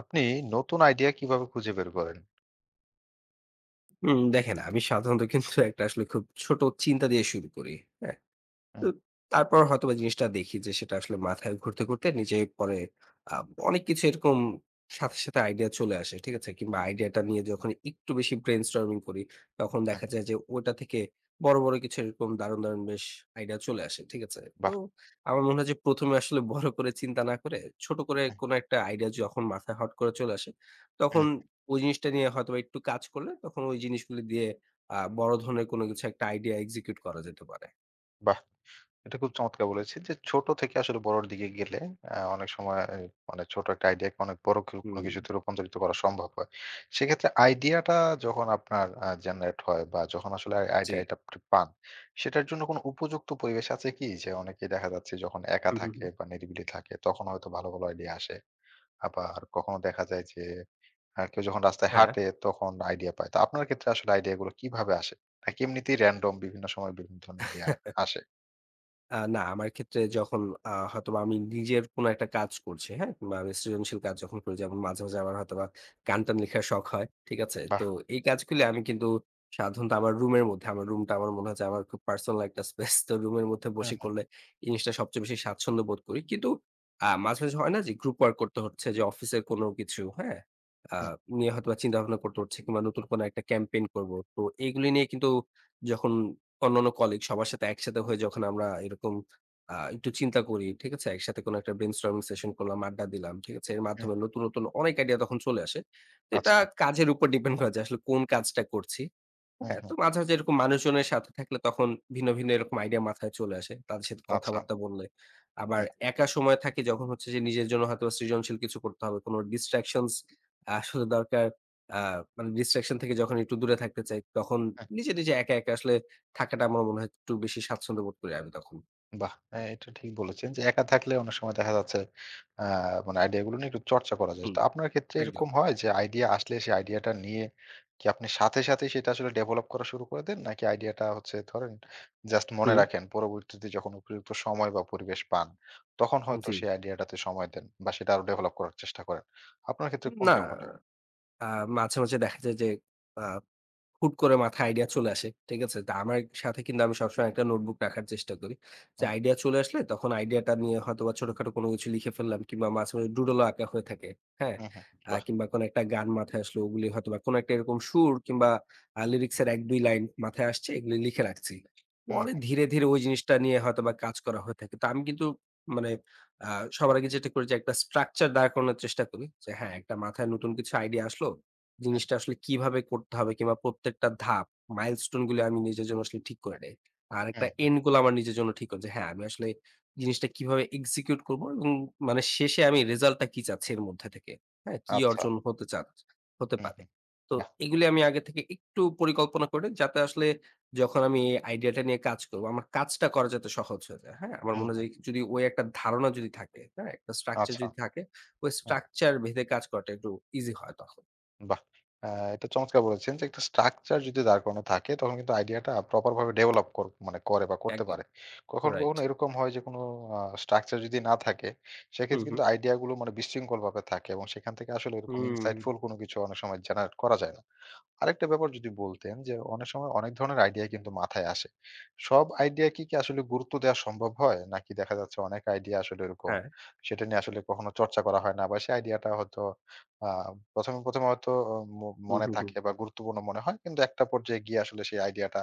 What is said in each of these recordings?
আপনি নতুন আইডিয়া কিভাবে খুঁজে বের করেন? হুম, দেখেন আমি সাধারণত কিন্তু একটা আসলে খুব ছোট চিন্তা দিয়ে শুরু করি। হ্যাঁ? তো হুম, তারপর হয়তোবা জিনিসটা দেখি যে সেটা আসলে মাথায় ঘুরতে, ঘুরতে নিজে পরে আ অনেক কিছু এরকম সাথে, সাথে আইডিয়া চলে আসে। ঠিক আছে? কিংবা আইডিয়াটা নিয়ে যখন একটু বেশি ব্রেইনস্টর্মিং করি, তখন হুম, দেখা যায় যে ওটা থেকে বড়, বড় কিছু এরকম দারুণ, দারুণ বেশ আইডিয়া চলে আসে। ঠিক আছে? তো বাহ! আমার মনে হয় যে ১ম এ আসলে বড় করে চিন্তা না করে ছোট করে হুম, কোনো একটা আইডিয়া যখন মাথায় হট করে চলে আসে, তখন হুম, ওই জিনিসটা নিয়ে হয়তোবা একটু কাজ করলে তখন ওই জিনিসগুলো দিয়ে বড় ধরনের কোনো কিছু একটা আইডিয়া এক্সিকিউট করা যেতে পারে। বাহ! এটা খুব চমৎকার বলেছেন যে ছোট থেকে আসলে বড়র দিকে গেলে অনেক সময় মানে ছোট একটা আইডিয়াকে অনেক বড় কেউ কোনো হুম। কিছুতে রূপান্তরিত করা সম্ভব হয়। সেক্ষেত্রে আইডিয়াটা যখন আপনার জেনারেট হয় বা যখন আসলে আই জি। আইডিয়াটা আপনি পান, সেটার জন্য কোনো উপযুক্ত পরিবেশ আছে কি? যে অনেকেই দেখা যাচ্ছে যখন একা হুম, হুম, থাকে হুম। বা নিরিবিলি থাকে তখন হয়তো ভালো, ভালো আইডিয়া আসে। আবার কখনো দেখা যায় যে কেউ যখন রাস্তায় হ্যাঁ। হাঁটে তখন আইডিয়া পায়। তো আপনার ক্ষেত্রে আসলে আইডিয়া গুলো কিভাবে আসে? নাকি এমনিতেই র‍্যান্ডম বিভিন্ন সময় বিভিন্ন ধরনের আইডিয়া আসে? না আমার ক্ষেত্রে যখন হয়তোবা আমি নিজের কোনো একটা কাজ করছি, হ্যাঁ? কিংবা আমি সৃজনশীল কাজ যখন করি যেমন মাঝে, মাঝে আমার হয়তোবা গান-টান লেখার শখ হয়। ঠিক আছে? বাহ! তো এই কাজগুলি আমি কিন্তু সাধারণত আমার রুমের মধ্যে, আমার রুমটা আমার মনে হয় যে আমার খুব পার্সোনাল একটা স্পেস। তো রুমের মধ্যে হুম, বসে হুম, করলে এই জিনিসটা সবচেয়ে বেশি স্বাচ্ছন্দ্য বোধ করি। কিন্তু মাঝে, মাঝে হয় না যে গ্রুপ ওয়ার্ক করতে হচ্ছে যে অফিসের কোনো কিছু, হ্যাঁ? আ হুম, নিয়ে হয়তোবা চিন্তা ভাবনা করতে হচ্ছে কিংবা নতুন কোনো একটা ক্যাম্পেইন করব। তো এইগুলি নিয়ে কিন্তু যখন অন্যান্য কলিগ সবার সাথে একসাথে হয়ে যখন আমরা এরকম একটু চিন্তা করি, ঠিক আছে? একসাথে কোনো একটা brainstorming সেশন করলাম, আড্ডা দিলাম, ঠিক আছে? এর হুম। মাধ্যমে নতুন, নতুন অনেক আইডিয়া তখন চলে আসে। তো এটা আচ্ছা। কাজের উপর ডিপেন্ড করে যে আসলে কোন কাজটা করছি। হুম, হ্যাঁ? হুম। তো মাঝে, মাঝে এরকম মানুষজনের সাথে থাকলে তখন ভিন্ন, ভিন্ন এরকম আইডিয়া মাথায় চলে আসে। তাদের সাথে আচ্ছা। কথাবার্তা বললে। আবার হুম। একা সময় থাকি যখন হচ্ছে যে নিজের জন্য হয়তোবা সৃজনশীল কিছু করতে হবে। কোনো distractions আসলে দরকার। আ মানে distraction থেকে যখন একটু দূরে থাকতে চাই তখন নিজে, নিজে একা, একা আসলে থাকাটা আমার মনে হয় একটু বেশি স্বাচ্ছন্দ্য বোধ করি আমি তখন। বাহ! হ্যাঁ, এটা ঠিক বলেছেন যে একা থাকলে অনেক সময় দেখা যাচ্ছে আ মানে আইডিয়া গুলো নিয়ে একটু চর্চা করা যায়। হুম। তো আপনার ক্ষেত্রে একদম। এরকম হয় যে আইডিয়া আসলে সেই আইডিয়াটা নিয়ে কি আপনি সাথে, সাথেই সেটা আসলে ডেভেলপ করা শুরু করে দেন? নাকি আইডিয়াটা হচ্ছে ধরেন জাস্ট মনে হুম, রাখেন পরবর্তীতে যখন উপযুক্ত সময় বা পরিবেশ পান, তখন হয়তো জি। সেই আইডিয়াটাতে সময় দেন বা সেটা আরো ডেভেলপ করার চেষ্টা করেন। আপনার ক্ষেত্রে না, কোনটা ঘটে? আ মাঝে, মাঝে দেখা যায় যে আ হুট করে মাথায় আইডিয়া চলে আসে। ঠিক আছে? তো আমার সাথে কিন্তু আমি সবসময় একটা নোটবুক রাখার চেষ্টা করি। যে হুম, আইডিয়া চলে আসলে তখন আইডিয়াটা নিয়ে হয়তোবা ছোটখাটো কোনো কিছু লিখে ফেললাম কিংবা মাঝে, মাঝে ডুডলও আঁকা হয়ে থাকে। হ্যাঁ? হুম, হুম, বাহ! কিংবা কোনো একটা গান মাথায় আসলো ওগুলি হয়তোবা কোনো একটা এরকম সুর কিংবা লিরিক্স এর ১-২ লাইন মাথায় আসছে এগুলি লিখে রাখছি। হুম, পরে হুম, ধীরে, ধীরে ওই জিনিসটা নিয়ে হয়তোবা কাজ করা হয়ে থাকে। তো আমি কিন্তু মানে আ সবার আগে যেটা করি যে একটা স্ট্রাকচার দাঁড় করানোর চেষ্টা করি। যে হ্যাঁ, একটা মাথায় নতুন কিছু আইডিয়া আসলো। হুম, জিনিসটা আসলে কিভাবে করতে হবে কিংবা প্রত্যেকটা ধাপ, মাইলস্টোন গুলো আমি নিজের জন্য আসলে ঠিক করে নেই। আর একটা হুম, হুম, এন্ড গোল আমার নিজের জন্য ঠিক করি যে হ্যাঁ, আমি আসলে জিনিসটা কিভাবে এক্সিকিউট করব এবং মানে শেষে আমি রেজাল্টটা কি চাচ্ছি এর মধ্যে থেকে। হ্যাঁ, কি আচ্ছা। অর্জন হতে চা হতে হুম, পারে। হুম, তো বাহ! এগুলি আমি আগে থেকে একটু পরিকল্পনা করে যাতে আসলে যখন আমি এই আইডিয়াটা নিয়ে কাজ করব, আমার কাজটা করা যাতে সহজ হয়ে যায়। হ্যাঁ? আমার হুম, মনে হয় হুম, যে যদি ওই একটা ধারণা যদি থাকে, হ্যাঁ? একটা স্ট্রাকচার আচ্ছা। যদি থাকে, ওই হুম। স্ট্রাকচার ভেদে কাজ করাটা একটু ইজি হয় তখন। বাহ! আ এটা চমৎকার বলেছেন যে একটা স্ট্রাকচার যদি দাঁড় করানো থাকে তখন কিন্তু আইডিয়াটা প্রপার ভাবে ডেভেলপ মানে করে বা করতে একদম। পারে। কখনো, রাইট। কখনো এরকম হয় যে কোনো স্ট্রাকচার যদি না থাকে হু, সেক্ষেত্রে হু। কিন্তু আইডিয়া গুলো মানে বিশৃঙ্খল ভাবে থাকে এবং সেখান থেকে আসলে এরকম হুম। insightful কোনো কিছু অনেক সময় জেনারেট করা যায় না। আরেকটা ব্যাপার যদি বলতেন যে অনেক সময় অনেক ধরনের আইডিয়া কিন্তু মাথায় আসে। সব আইডিয়া কি, কি আসলে গুরুত্ব দেওয়া সম্ভব হয়? নাকি দেখা যাচ্ছে অনেক আইডিয়া আসলে এরকম হ্যাঁ। সেটা নিয়ে আসলে কখনো চর্চা করা হয় না বা সেই আইডিয়াটা হয়তো আ ১ম এ হয়তো আহ, ম হু, মনে হু, হু। থাকে বা গুরুত্বপূর্ণ মনে হয়। কিন্তু একটা পর্যায়ে গিয়ে আসলে সেই আইডিয়াটা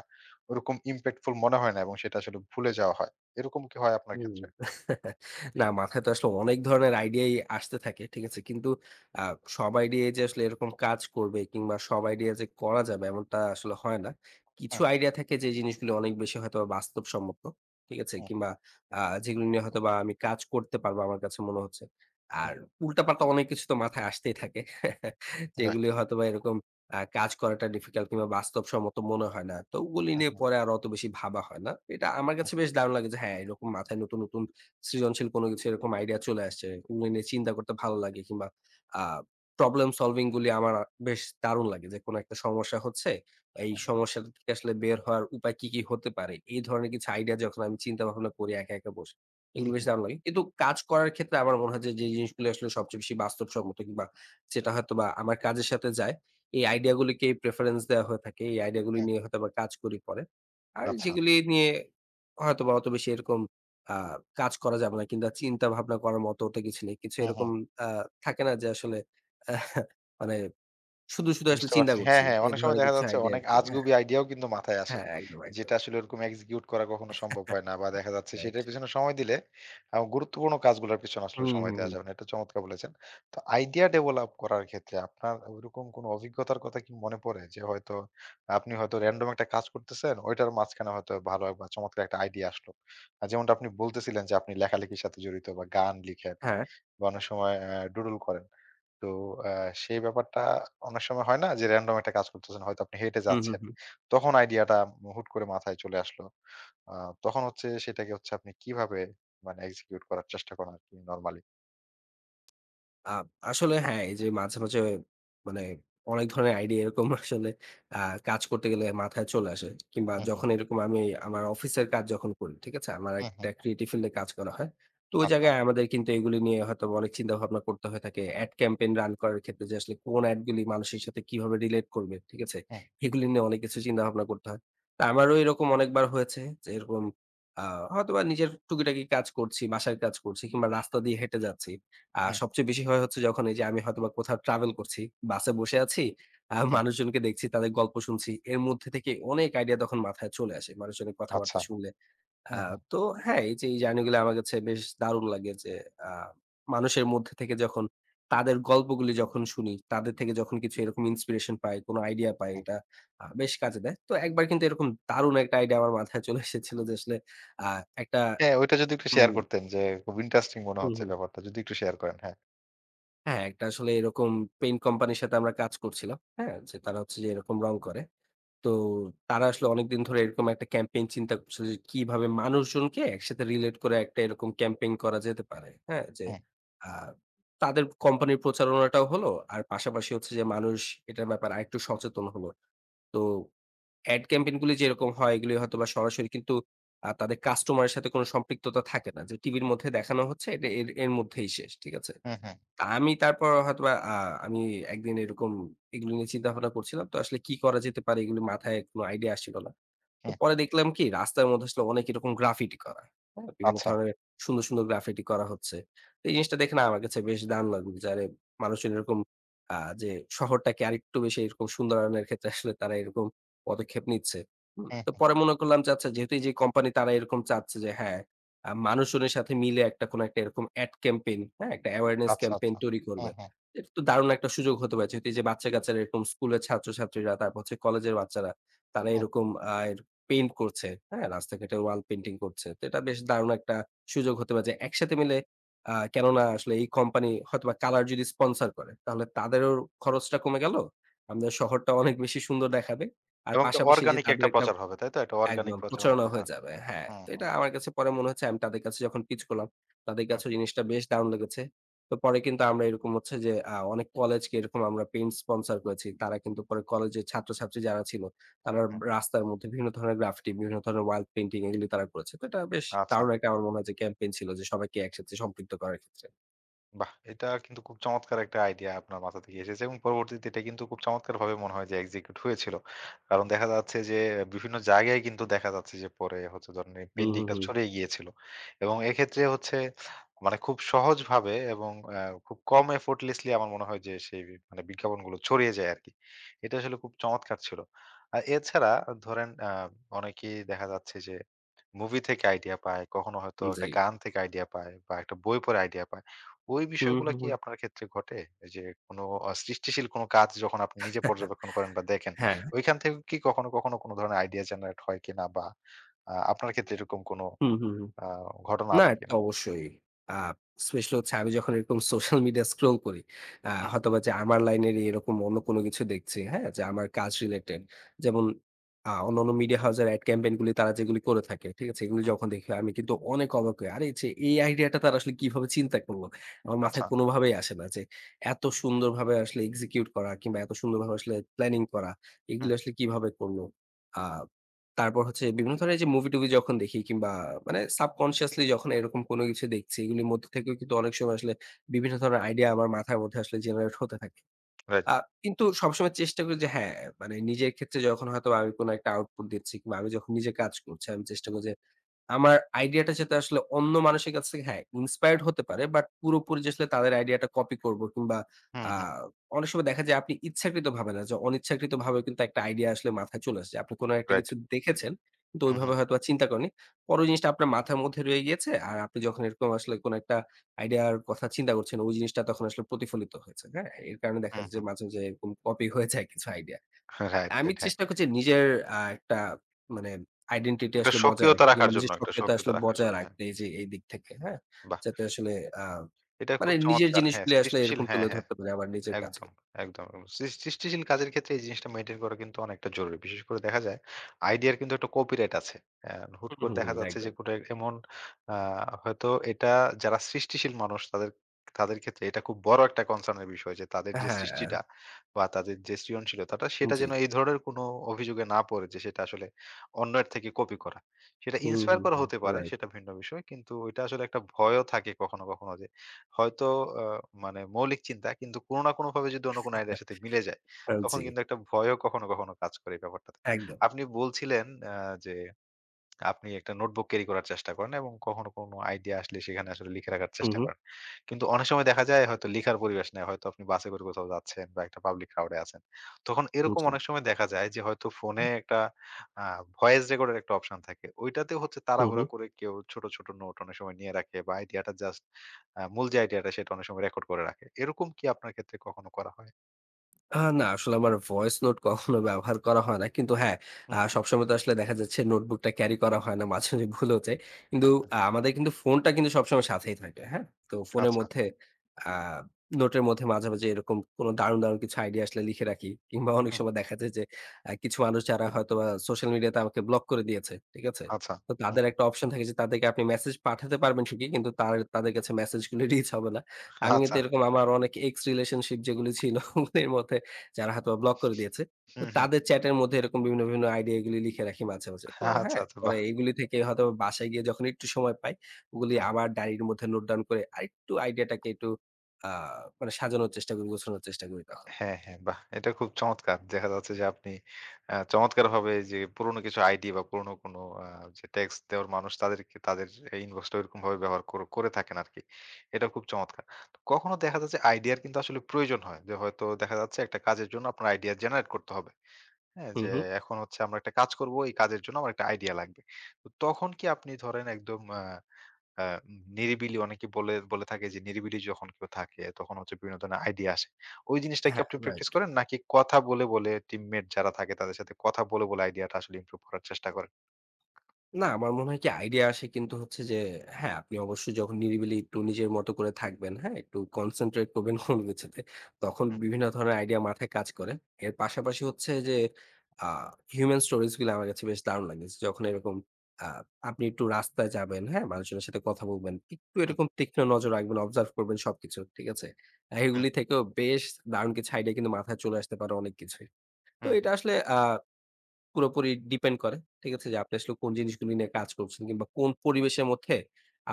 ওরকম impactful মনে হয় না এবং সেটা আসলে ভুলে যাওয়া হয়। এরকম কি হয় আপনার হুম। ক্ষেত্রে? না মাথায় তো আসলে অনেক ধরনের আইডিয়াই আসতে থাকে। ঠিক আছে? কিন্তু আ সব আইডিয়াই যে আসলে এরকম কাজ করবে কিংবা সব আইডিয়া যে করা যাবে এমনটা আসলে হয় না। কিছু হুম, আইডিয়া থাকে যে জিনিসগুলো অনেক বেশি হয়তোবা বাস্তবসম্মত। ঠিক আছে? হুম, কিংবা আ যেগুলো নিয়ে হয়তোবা আমি কাজ করতে পারবো আমার কাছে মনে হচ্ছে। হুম। আর উল্টাপাল্টা অনেক কিছু তো মাথায় আসতেই থাকে। রাইট। যেগুলো হয়তোবা এরকম কাজ করাটা ডিফিকাল্ট কিংবা বাস্তবসম্মত মনে হয় না। তো ওগুলি হুম, নিয়ে হুম, পরে আর অত বেশি ভাবা হয় না। এটা আমার হুম, কাছে বেশ দারুণ লাগে যে হ্যাঁ, এরকম মাথায় নতুন, নতুন সৃজনশীল কোনো কিছু এরকম আইডিয়া চলে আসছে। ওগুলো নিয়ে চিন্তা করতে ভালো লাগে কিংবা আ প্রবলেম সলভিং গুলি আমার বেশ দারুণ লাগে যে কোনো একটা সমস্যা হচ্ছে, এই হুম, সমস্যাটা থেকে আসলে বের হওয়ার উপায় কি, কি হতে পারে? এই ধরনের কিছু আইডিয়া যখন আমি চিন্তা ভাবনা করি একা, একা বসে, হুম, এগুলো বেশ হুম, দারুণ লাগে। কিন্তু কাজ করার ক্ষেত্রে আমার মনে হয় যে, যে জিনিসগুলো আসলে সবচেয়ে বেশি বাস্তবসম্মত কিংবা যেটা হয়তোবা আমার কাজের সাথে যায় এই আইডিয়া গুলিকেই প্রেফারেন্স দেওয়া হয়ে থাকে। এই আইডিয়া গুলি হুম, নিয়ে হয়তোবা কাজ করি পরে। আর আচ্ছা। যেগুলি নিয়ে হয়তোবা অত বেশি এরকম আ কাজ করা যাবে না কিংবা চিন্তা ভাবনা করার মতো ওটা কিছু নেই। কিছু হুম, হুম। এরকম আ থাকে না যে আসলে আহ, মানে শুধু, শুধু আসলে বুঝতে চিন্তা পারছি। হ্যাঁ, করছি। হ্যাঁ। এই অনেক সময় ধরনের দেখা কিছু যাচ্ছে আইডিয়া অনেক আরকি। হ্যাঁ, আজগুবি আইডিয়াও কিন্তু মাথায় আসে। হ্যাঁ একদম, যেটা একদম। আসলে ওরকম এক্সিকিউট করা কখনো সম্ভব হয় না বা দেখা যাচ্ছে রাইট। সেটার পেছনে সময় দিলে গুরুত্বপূর্ণ কাজগুলোর পেছনে আসলে হুম, সময় হুম, দেয়া হুম। যাবে না। এটা চমৎকার বলেছেন। তো আইডিয়া ডেভেলপ করার ক্ষেত্রে আপনার ওইরকম কোনো অভিজ্ঞতার কথা কি মনে পড়ে? যে হয়তো আপনি হয়তো র‍্যান্ডম একটা কাজ করতেছেন, ওইটার মাঝখানে হয়তো ভালো বা চমৎকার একটা আইডিয়া আসলো। যেমনটা আপনি বলতেছিলেন যে আপনি লেখালেখির সাথে জড়িত বা গান লিখেন। হ্যাঁ। বা অনেক সময় ডুডল করেন। তো অ্যা সেই ব্যাপারটা অনেক সময় হয় না যে র‍্যান্ডম একটা কাজ করতেছেন। হয়তো আপনি হেঁটে হুম, হুম, যাচ্ছেন। হুম। তখন আইডিয়াটা হুট করে মাথায় চলে আসলো। আ তখন হচ্ছে সেটাকে হচ্ছে আপনি কিভাবে মানে এক্সিকিউট করার চেষ্টা করেন আরকি নরমালি? আ আসলে হ্যাঁ, এই যে মাঝে, মাঝে মানে অনেক ধরনের আইডিয়া এরকম আসলে আ কাজ করতে গেলে মাথায় চলে আসে। কিংবা হুম, হুম, যখন এরকম আমি আমার অফিসের কাজ যখন করি, ঠিক আছে? আমার হুম, একটা হুম। ক্রিয়েটিভ ফিল্ড এ কাজ করা হয়। তো ওই আচ্ছা। জায়গায় আমাদের কিন্তু এগুলি নিয়ে হয়তো অনেক চিন্তাভাবনা করতে হয়ে থাকে। এড ক্যাম্পেইন রান করার ক্ষেত্রে যে আসলে কোন এড গুলি মানুষের সাথে কিভাবে রিলেট করবে, ঠিক আছে? হুম, এগুলি নিয়ে অনেক কিছু চিন্তাভাবনা করতে হয়। তো আমারও এরকম অনেকবার হয়েছে যে এরকম আ হয়তোবা নিজের টুকিটাকি কাজ করছি, বাসার কাজ করছি কিংবা রাস্তা দিয়ে হেঁটে যাচ্ছি। আর হুম, সবচেয়ে বেশি হয় হচ্ছে যখন এই যে আমি হয়তোবা কোথাও ট্রাভেল করছি, বাসে বসে আছি, হুম। মানুষজনকে দেখছি, তাদের গল্প শুনছি। এর মধ্যে থেকে অনেক আইডিয়া তখন মাথায় চলে আসে, মানুষজনের আচ্ছা। কথাবার্তা শুনলে। আ হুম, হুম, তো হ্যাঁ, এই যে এই জার্নি গুলো আমার কাছে বেশ দারুণ লাগে যে আ মানুষের মধ্যে থেকে যখন তাদের গল্পগুলি যখন শুনি, তাদের থেকে যখন কিছু এরকম ইন্সপিরেশন পাই, কোন আইডিয়া পাই, হুম। এটা বেশ কাজে দেয়। তো একবার কিন্তু এরকম দারুণ একটা আইডিয়া আমার মাথায় চলে এসেছিল যে আসলে আ একটা হ্যাঁ, ওইটা যদি একটু শেয়ার হুম, করতেন যে খুব ইন্টারেস্টিং মনে হুম, হচ্ছে হুম। ব্যাপারটা। যদি একটু শেয়ার করেন। হ্যাঁ। হ্যাঁ, একটা আসলে এরকম পেইন্ট কোম্পানির সাথে আমরা কাজ করছিলাম। হ্যাঁ? যে তারা হচ্ছে যে এরকম রং করে। তো তারা আসলে অনেকদিন ধরে এরকম একটা ক্যাম্পেইন চিন্তা করছিল যে কিভাবে মানুষজনকে একসাথে রিলেট করে একটা এরকম ক্যাম্পেইন করা যেতে পারে। হ্যাঁ? যে হুম, আ তাদের কোম্পানির প্রচারণাটাও হলো। আর পাশাপাশি হচ্ছে যে মানুষ এটার ব্যাপারে আরেকটু সচেতন হলো। তো এড ক্যাম্পেইন গুলি যেরকম হয় এগুলি হয়তোবা সরাসরি কিন্তু তাদের কাস্টমার এর সাথে কোন সম্পৃক্ততা থাকে না। যে টিভির মধ্যে দেখানো হচ্ছে এটা এর এর মধ্যেই শেষ। ঠিক আছে? হুম, হুম, তা আমি তারপর হয়তোবা আমি একদিন এরকম এগুলো নিয়ে চিন্তা ভাবনা করছিলাম। তো আসলে কি করা যেতে পারে এগুলো মাথায় কোনো আইডিয়া আসছিল না। তো হুম। পরে দেখলাম কি রাস্তার মধ্যে আসলে অনেক এরকম গ্রাফিটি করা। হ্যাঁ? বিভিন্ন আচ্ছা। ধরনের সুন্দর, সুন্দর গ্রাফিটি করা হচ্ছে। তো এই জিনিসটা দেখে না আমার কাছে বেশ দারুণ লাগলো যে আরে মানুষজন এরকম আ যে শহরটাকে আরেকটু বেশি এরকম সুন্দরায়নের ক্ষেত্রে আসলে তারা এরকম পদক্ষেপ নিচ্ছে। হুম? হুম, তো হুম। পরে মনে করলাম যে আচ্ছা যেহেতু এই যে কোম্পানি তারা এরকম চাচ্ছে যে হ্যাঁ, মানুষজনের সাথে মিলে একটা কোন একটা এরকম এড ক্যাম্পেইন, হ্যাঁ? একটা অ্যাওয়ারনেস আচ্ছা, ক্যাম্পেইন আচ্ছা। তৈরি করবে। হুম, হুম, এটা তো দারুণ একটা সুযোগ হতে পারে। যেহেতু এই যে বাচ্চা-কাচ্চারা এরকম স্কুলের ছাত্রছাত্রীরা, তারপর হচ্ছে কলেজের বাচ্চারা তারা হুম। এরকম আ পেইন্ট করছে, হ্যাঁ? রাস্তাঘাটে ওয়াল পেইন্টিং করছে। তো এটা বেশ দারুণ একটা সুযোগ হতে পারে যে একসাথে মিলে কেননা আসলে এই কোম্পানি হয়তোবা কালার যদি স্পন্সর করে তাহলে তাদেরও খরচটা কমে গেল। আমাদের শহরটা অনেক বেশি সুন্দর দেখাবে। আর এবং একটা পাশাপাশি যে অর্গানিক তাদের একটা একটা প্রচার হবে, তাই তো? একটা অর্গানিক একদম প্রচারের মতো। প্রচারণা হয়ে হ্যাঁ। যাবে। হ্যাঁ, হুম, তো এটা হুম, আমার কাছে পরে মনে হচ্ছে আমি তাদের কাছে যখন পিচ করলাম, তাদের হুম, কাছেও জিনিসটা বেশ দারুণ লেগেছে। তো পরে কিন্তু আমরা এরকম হচ্ছে যে অনেক কলেজকে এরকম আমরা পেইন্ট স্পন্সর করেছি। তারা কিন্তু পরে কলেজের ছাত্রছাত্রী যারা ছিল, তারা হুম। রাস্তার মধ্যে বিভিন্ন ধরনের গ্রাফিটি, বিভিন্ন ধরনের ওয়াল পেইন্টিং এগুলি তারা করেছে। তো এটা বেশ আচ্ছা। দারুণ একটা আমার মনে হয় যে ক্যাম্পেইন ছিল যে সবাইকে একসাথে সম্পৃক্ত করার ক্ষেত্রে। বাহ! এটা কিন্তু খুব চমৎকার একটা আইডিয়া আপনার মাথা থেকে এসেছে এবং পরবর্তীতে এটা কিন্তু খুব চমৎকারভাবে মনে হয় যে এক্সিকিউট হয়েছিল। কারণ দেখা যাচ্ছে যে বিভিন্ন জায়গায় কিন্তু দেখা যাচ্ছে যে পরে হচ্ছে ধরেন এই হুম, হুম, পেইন্টিংটা হুম। ছড়িয়ে গিয়েছিল। এবং এক্ষেত্রে হচ্ছে মানে খুব সহজভাবে এবং খুব কম effortlessly আমার মনে হয় যে সেই মানে বিজ্ঞাপনগুলো ছড়িয়ে যায় আরকি। এটা আসলে খুব চমৎকার ছিল। আর এছাড়া ধরেন অনেকেই দেখা যাচ্ছে যে মুভি থেকে আইডিয়া পায়, কখনো হয়তো জি। একটা গান থেকে আইডিয়া পায় বা একটা বই পড়ে আইডিয়া পায়। ওই হুম, বিষয়গুলা হুম, কি হুম। আপনার ক্ষেত্রে ঘটে? এই যে কোনো সৃষ্টিশীল কোনো কাজ যখন আপনি নিজে পর্যবেক্ষণ করেন বা দেখেন, হ্যাঁ। ওইখান থেকে কি কখনো, কখনো কোনো ধরনের আইডিয়া জেনারেট হয় কিনা বা আপনার ক্ষেত্রে এরকম কোনো হুম, হুম, হুম। আ ঘটনা না, আছে এটা তো কিনা? অবশ্যই। আ স্পেশালি হচ্ছে আমি যখন এরকম সোশ্যাল মিডিয়া স্ক্রল করি, হুম, হয়তোবা যে আমার লাইনেরই এরকম অন্য কোনো কিছু দেখছি, হ্যাঁ? যে আমার কাজ রিলেটেড। যেমন অন্যান্য মিডিয়া হাউসের এড ক্যাম্পেইন গুলি তারা যেগুলি করে থাকে, ঠিক আছে? এগুলি হুম, যখন দেখি আমি কিন্তু অনেক অবাক হই। আরে যে এই আইডিয়াটা তারা আসলে কিভাবে চিন্তা করলো? আমার আচ্ছা, মাথায় কোনোভাবেই আসে না যে এত সুন্দরভাবে আসলে এক্সিকিউট করা কিংবা এত সুন্দরভাবে আসলে প্ল্যানিং করা, হুম, এগুলো আসলে কিভাবে করলো? আ তারপর হচ্ছে বিভিন্ন ধরনের যে মুভি-টুভি যখন দেখি কিংবা মানে সাবকনসিয়াসলি যখন এরকম কোন কিছু দেখছি, এগুলির মধ্য থেকেও কিন্তু অনেক সময় আসলে বিভিন্ন ধরনের আইডিয়া আমার মাথার মধ্যে আসলে জেনারেট হতে থাকে। রাইট, আ কিন্তু সবসময় চেষ্টা করি যে হ্যাঁ, মানে নিজের ক্ষেত্রে যখন হয়তো আমি কোন একটা আউটপুট দিচ্ছি কিংবা আমি যখন নিজে কাজ করছি, আমি চেষ্টা করি যে আমার আইডিয়াটা যাতে আসলে অন্য মানুষের কাছ থেকে হ্যাঁ, ইন্সপায়ার্ড হতে পারে। বাট পুরোপুরি যে আসলে তাদের আইডিয়াটা কপি করব কিংবা হুম, আ হুম, অনেক সময় দেখা যায় আপনি ইচ্ছাকৃত ভাবে না যে অনিচ্ছাকৃতভাবে কিন্তু একটা আইডিয়া আসলে মাথায় চলে আসছে। আপনি কোনো একটা রাইট, কিছু দেখেছেন, কিন্তু হুম, হুম, ওইভাবে হয়তোবা চিন্তা করেননি। পরে ওই জিনিসটা আপনার মাথার মধ্যে রয়ে গিয়েছে। আর আপনি যখন এরকম আসলে কোনো একটা আইডিয়ার কথা চিন্তা করছেন, ওই জিনিসটা তখন আসলে প্রতিফলিত হয়েছে। হ্যাঁ? এর কারণে দেখা হুম, যায় যে হুম, মাঝে, মাঝে এরকম কপি হয়ে যায় কিছু আইডিয়া। রাইট, রাইট, আমি হ্যাঁ। চেষ্টা করছি নিজের একটা মানে আইডেন্টিটি একটা আসলে বজায় স্বকীয়তা রাখতে কিংবা রাখার জন্য, নিজের একটা সক্রিয়তা স্বকীয়তা আসলে রাখার বজায় জন্য, হ্যাঁ। রাখতে এই যে এই দিক থেকে, হ্যাঁ? বাহ! যাতে আসলে আ এটা মানে খুব নিজের চমৎকার। হ্যাঁ, জিনিসগুলি আসলে সৃষ্টিশীল এরকম হ্যাঁ, তুলে হ্যাঁ। ধরতে পারি আমার নিজের কাছে। একদম, একদম। একদম। সৃষ্টিশীল কাজের ক্ষেত্রে এই জিনিসটা মেইনটেইন করা কিন্তু অনেকটা জরুরি। বিশেষ করে দেখা যায় আইডিয়ার কিন্তু একটা কপিরাইট আছে। অ্যা হুট হুম, করে হুম, হুম, দেখা যাচ্ছে যে একদম। কোন এমন আ হয়তো এটা যারা সৃষ্টিশীল মানুষ তাদের তাদের ক্ষেত্রে এটা খুব বড় একটা কনসার্ন এর বিষয় যে তাদের যে হ্যাঁ, সৃষ্টিটা বা তাদের যে সৃজনশীলতাটা সেটা জি। যেন এই ধরনের কোন অভিযোগে না পড়ে যে সেটা আসলে অন্যের থেকে কপি করা। সেটা হুম, ইন্সপায়ার হুম, করা হুম, হতে পারে রাইট। সেটা ভিন্ন বিষয়। কিন্তু ওইটা আসলে একটা ভয়ও থাকে কখনো, কখনো যে হয়তো আ মানে মৌলিক চিন্তা কিন্তু কোনো না কোনোভাবে যদি অন্য কোনো আইডিয়ার সাথে মিলে যায়, তখন জি, কিন্তু একটা ভয়ও কখনো, কখনো কাজ করে এই ব্যাপারটাতে। একদম। আপনি বলছিলেন আ যে আপনি একটা নোটবুক ক্যারি করার চেষ্টা করেন এবং কখনো কোনো আইডিয়া আসলে সেখানে আসলে লিখে রাখার হু, চেষ্টা হু, করেন। কিন্তু অনেক সময় দেখা যায় হয়তো লিখার পরিবেশ নাই। হয়তো আপনি বাসে করে কোথাও যাচ্ছেন বা একটা পাবলিক ক্রাউডে আছেন। তখন এরকম জি। অনেক সময় দেখা যায় যে হয়তো ফোনে একটা আ ভয়েস রেকর্ডের একটা অপশন থাকে। ওইটাতে হচ্ছে হু, হু। তাড়াহুড়া করে কেউ ছোট, ছোট নোট অনেক সময় নিয়ে রাখে বা আইডিয়াটা জাস্ট মূল যে আইডিয়াটা সেটা অনেক সময় রেকর্ড করে রাখে। এরকম কি আপনার ক্ষেত্রে কখনো করা হয়? না, আসলে আমার ভয়েস নোট কখনো ব্যবহার করা হয় না। কিন্তু হ্যাঁ, হুম, সবসময় তো আসলে দেখা যাচ্ছে নোটবুকটা ক্যারি করা হয় না। মাঝে, মাঝে ভুল হচ্ছে। কিন্তু হুম। আমাদের কিন্তু ফোনটা কিন্তু সবসময় সাথেই থাকে। হ্যাঁ? তো ফোনের আচ্ছা, মধ্যে আ নোটের মধ্যে মাঝে, মাঝে এরকম কোনো দারুণ, দারুণ কিছু আইডিয়া আসলে লিখে রাখি। কিংবা অনেক হুম, সময় দেখা যায় যে কিছু মানুষ যারা হয়তোবা সোশ্যাল মিডিয়াতে আমাকে ব্লক করে দিয়েছে। ঠিক আছে? আচ্ছা, তো হুম, তাদের হুম। একটা অপশন থাকে যে তাদেরকে আপনি মেসেজ পাঠাতে পারবেন ঠিকই। কিন্তু তাদের কাছে মেসেজ গুলো রিচ হবে না। আমি আচ্ছা। কিন্তু এরকম আমার অনেক এক্স রিলেশনশিপ যেগুলো ছিল ওদের মধ্যে যারা হয়তোবা ব্লক করে দিয়েছে। তো হুম, হুম। তাদের চ্যাটের মধ্যে এরকম বিভিন্ন, বিভিন্ন আইডিয়া এগুলি লিখে রাখি মাঝে, মাঝে। তো আচ্ছা, হ্যাঁ, আচ্ছা। পরে বাহ! এগুলি থেকে হয়তো বাসায় গিয়ে যখন একটু সময় পাই, ওগুলি আবার ডায়েরির মধ্যে নোট ডাউন করে আরেকটু আইডিয়াটাকে একটু আ মানে সাজানোর চেষ্টা করি, গোছানোর চেষ্টা করি তখন। হ্যাঁ, হ্যাঁ, বাহ! এটা খুব চমৎকার। দেখা যাচ্ছে যে আপনি চমৎকারভাবে যে পুরনো কিছু আইডি বা পুরনো কোনো যে টেক্সট দেওয়ার মানুষ তাদেরকে তাদের এই ইনবক্সটা ওইরকমভাবে ব্যবহার করে থাকেন আরকি। এটা খুব চমৎকার। তো কখনো দেখা যাচ্ছে আইডিয়ার কিন্তু আসলে প্রয়োজন হয়। যে হয়তো দেখা যাচ্ছে একটা কাজের জন্য আপনার আইডিয়া জেনারেট করতে হবে। হ্যাঁ? হু, যে হু। এখন হচ্ছে আমরা একটা কাজ করব, এই কাজের জন্য আমার একটা আইডিয়া লাগবে। তো তখন কি আপনি ধরেন একদম আ আ নিরিবিলি অনেকে বলে বলে থাকে যে নিরিবিলি যখন কেউ থাকে তখন হচ্ছে বিভিন্ন ধরনের আইডিয়া আসে। ওই জিনিসটা কি হ্যাঁ, আপনি প্র্যাকটিস রাইট। করেন? নাকি কথা বলে, বলে টিমমেট যারা থাকে তাদের সাথে কথা বলে, বলে আইডিয়াটা আসলে ইমপ্রুভ করার চেষ্টা করেন? না, আমার মনে হয় কি আইডিয়া আসে কিন্তু হচ্ছে যে হ্যাঁ, আপনি অবশ্যই যখন নিরিবিলি একটু নিজের মতো করে থাকবেন, হ্যাঁ? একটু কনসেনট্রেট করবেন কোনো কিছুতে। তখন হুম, বিভিন্ন ধরনের আইডিয়া মাথায় কাজ করে। এর পাশাপাশি হচ্ছে যে আ হিউমেন স্টোরিজ গুলো আমার কাছে বেশ দারুণ লাগে। যখন এরকম আ আপনি একটু রাস্তায় যাবেন, হ্যাঁ? মানুষজনের সাথে কথা বলবেন। একটু হুম, এরকম তীক্ষ্ণ নজর রাখবেন, অবজার্ভ করবেন সবকিছু। ঠিক আছে? হুম, এগুলি থেকেও বেশ দারুণ কিছু আইডিয়া কিন্তু মাথায় চলে আসতে পারে অনেক কিছুই। তো হুম, হুম। এটা আসলে পুরোপুরি ডিপেন্ড করে। ঠিক আছে? যে আপনি আসলে কোন জিনিসগুলো নিয়ে কাজ করছেন কিংবা কোন পরিবেশের মধ্যে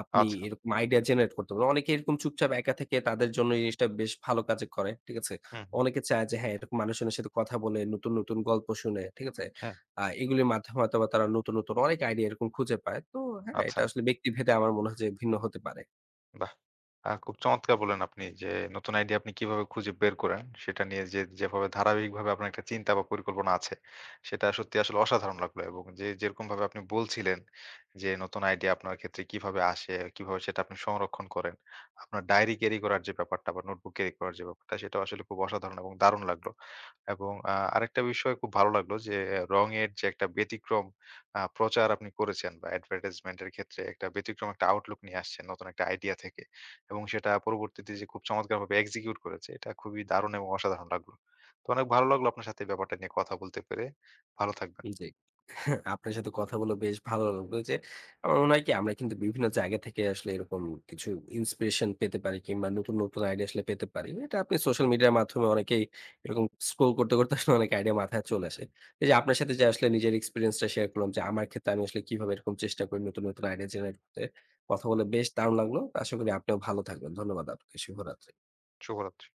আপনি আচ্ছা। এরকম আইডিয়া জেনারেট করতে পারেন। অনেকে এরকম চুপচাপ একা থেকে তাদের জন্য এই জিনিসটা বেশ ভালো কাজে করে। ঠিক আছে? হুম, হুম। অনেকে চায় যে হ্যাঁ, এরকম মানুষজনের সাথে কথা বলে নতুন, নতুন গল্প শুনে, ঠিক আছে? হ্যাঁ। এগুলির মাধ্যমে হয়তোবা তারা নতুন, নতুন অনেক আইডিয়া এরকম খুঁজে পায়। তো হ্যাঁ, আচ্ছা, এটা আসলে ব্যক্তিভেদে আমার মনে হয় যে ভিন্ন হতে পারে। বাহ! খুব চমৎকার বললেন আপনি যে, নতুন আইডিয়া আপনি কিভাবে খুঁজে বের করেন, সেটা নিয়ে যে যেভাবে ধারাবাহিকভাবে আপনার একটা চিন্তা বা পরিকল্পনা আছে, সেটা সত্যি আসলে অসাধারণ লাগলো এবং যে যেরকমভাবে আপনি বলছিলেন যে, নতুন আইডিয়া আপনার ক্ষেত্রে কিভাবে আসে, কিভাবে সেটা আপনি সংরক্ষণ করেন। আপনার ডায়েরি ক্যারি করার যে ব্যাপারটা বা নোটবুক ক্যারি করার যে ব্যাপারটা, সেটাও আসলে খুব অসাধারণ এবং দারুণ লাগলো। এবং আরেকটা বিষয় খুব ভালো লাগলো যে, রঙের যে একটা ব্যতিক্রম প্রচার আপনি করেছেন বা অ্যাডভার্টাইজমেন্ট এর ক্ষেত্রে একটা ব্যতিক্রম একটা আউটলুক নিয়ে আসছেন নতুন একটা আইডিয়া থেকে। এবং সেটা পরবর্তীতে যে খুব চমৎকারভাবে এক্সিকিউট করেছে, এটা খুবই দারুণ এবং অসাধারণ লাগলো। তো অনেক ভালো লাগলো আপনার সাথে এই ব্যাপারটা নিয়ে কথা বলতে পেরে। ভালো থাকবেন। জি। আপনার সাথে কথা বলে বেশ ভালো লাগলো যে আমার মনে হয় কি আমরা কিন্তু বিভিন্ন জায়গা থেকে আসলে এরকম কিছু ইন্সপিরেশন পেতে পারি কিংবা নতুন নতুন আইডিয়া আসলে পেতে পারি। এটা আপনি সোশ্যাল হুম, মিডিয়ার মাধ্যমে অনেকেই এরকম স্ক্রল করতে, করতে আসলে অনেক আইডিয়া মাথায় চলে আসে। এই যে আপনার সাথে যে আসলে নিজের এক্সপেরিয়েন্স টা শেয়ার করলাম যে আমার ক্ষেত্রে আমি আসলে কিভাবে এরকম চেষ্টা করি নতুন, নতুন আইডিয়া জেনারেট করতে। কথা বলে বেশ দারুণ লাগলো। আশা করি আপনিও ভালো থাকবেন। ধন্যবাদ আপনাকে। শুভরাত্রি। শুভরাত্রি।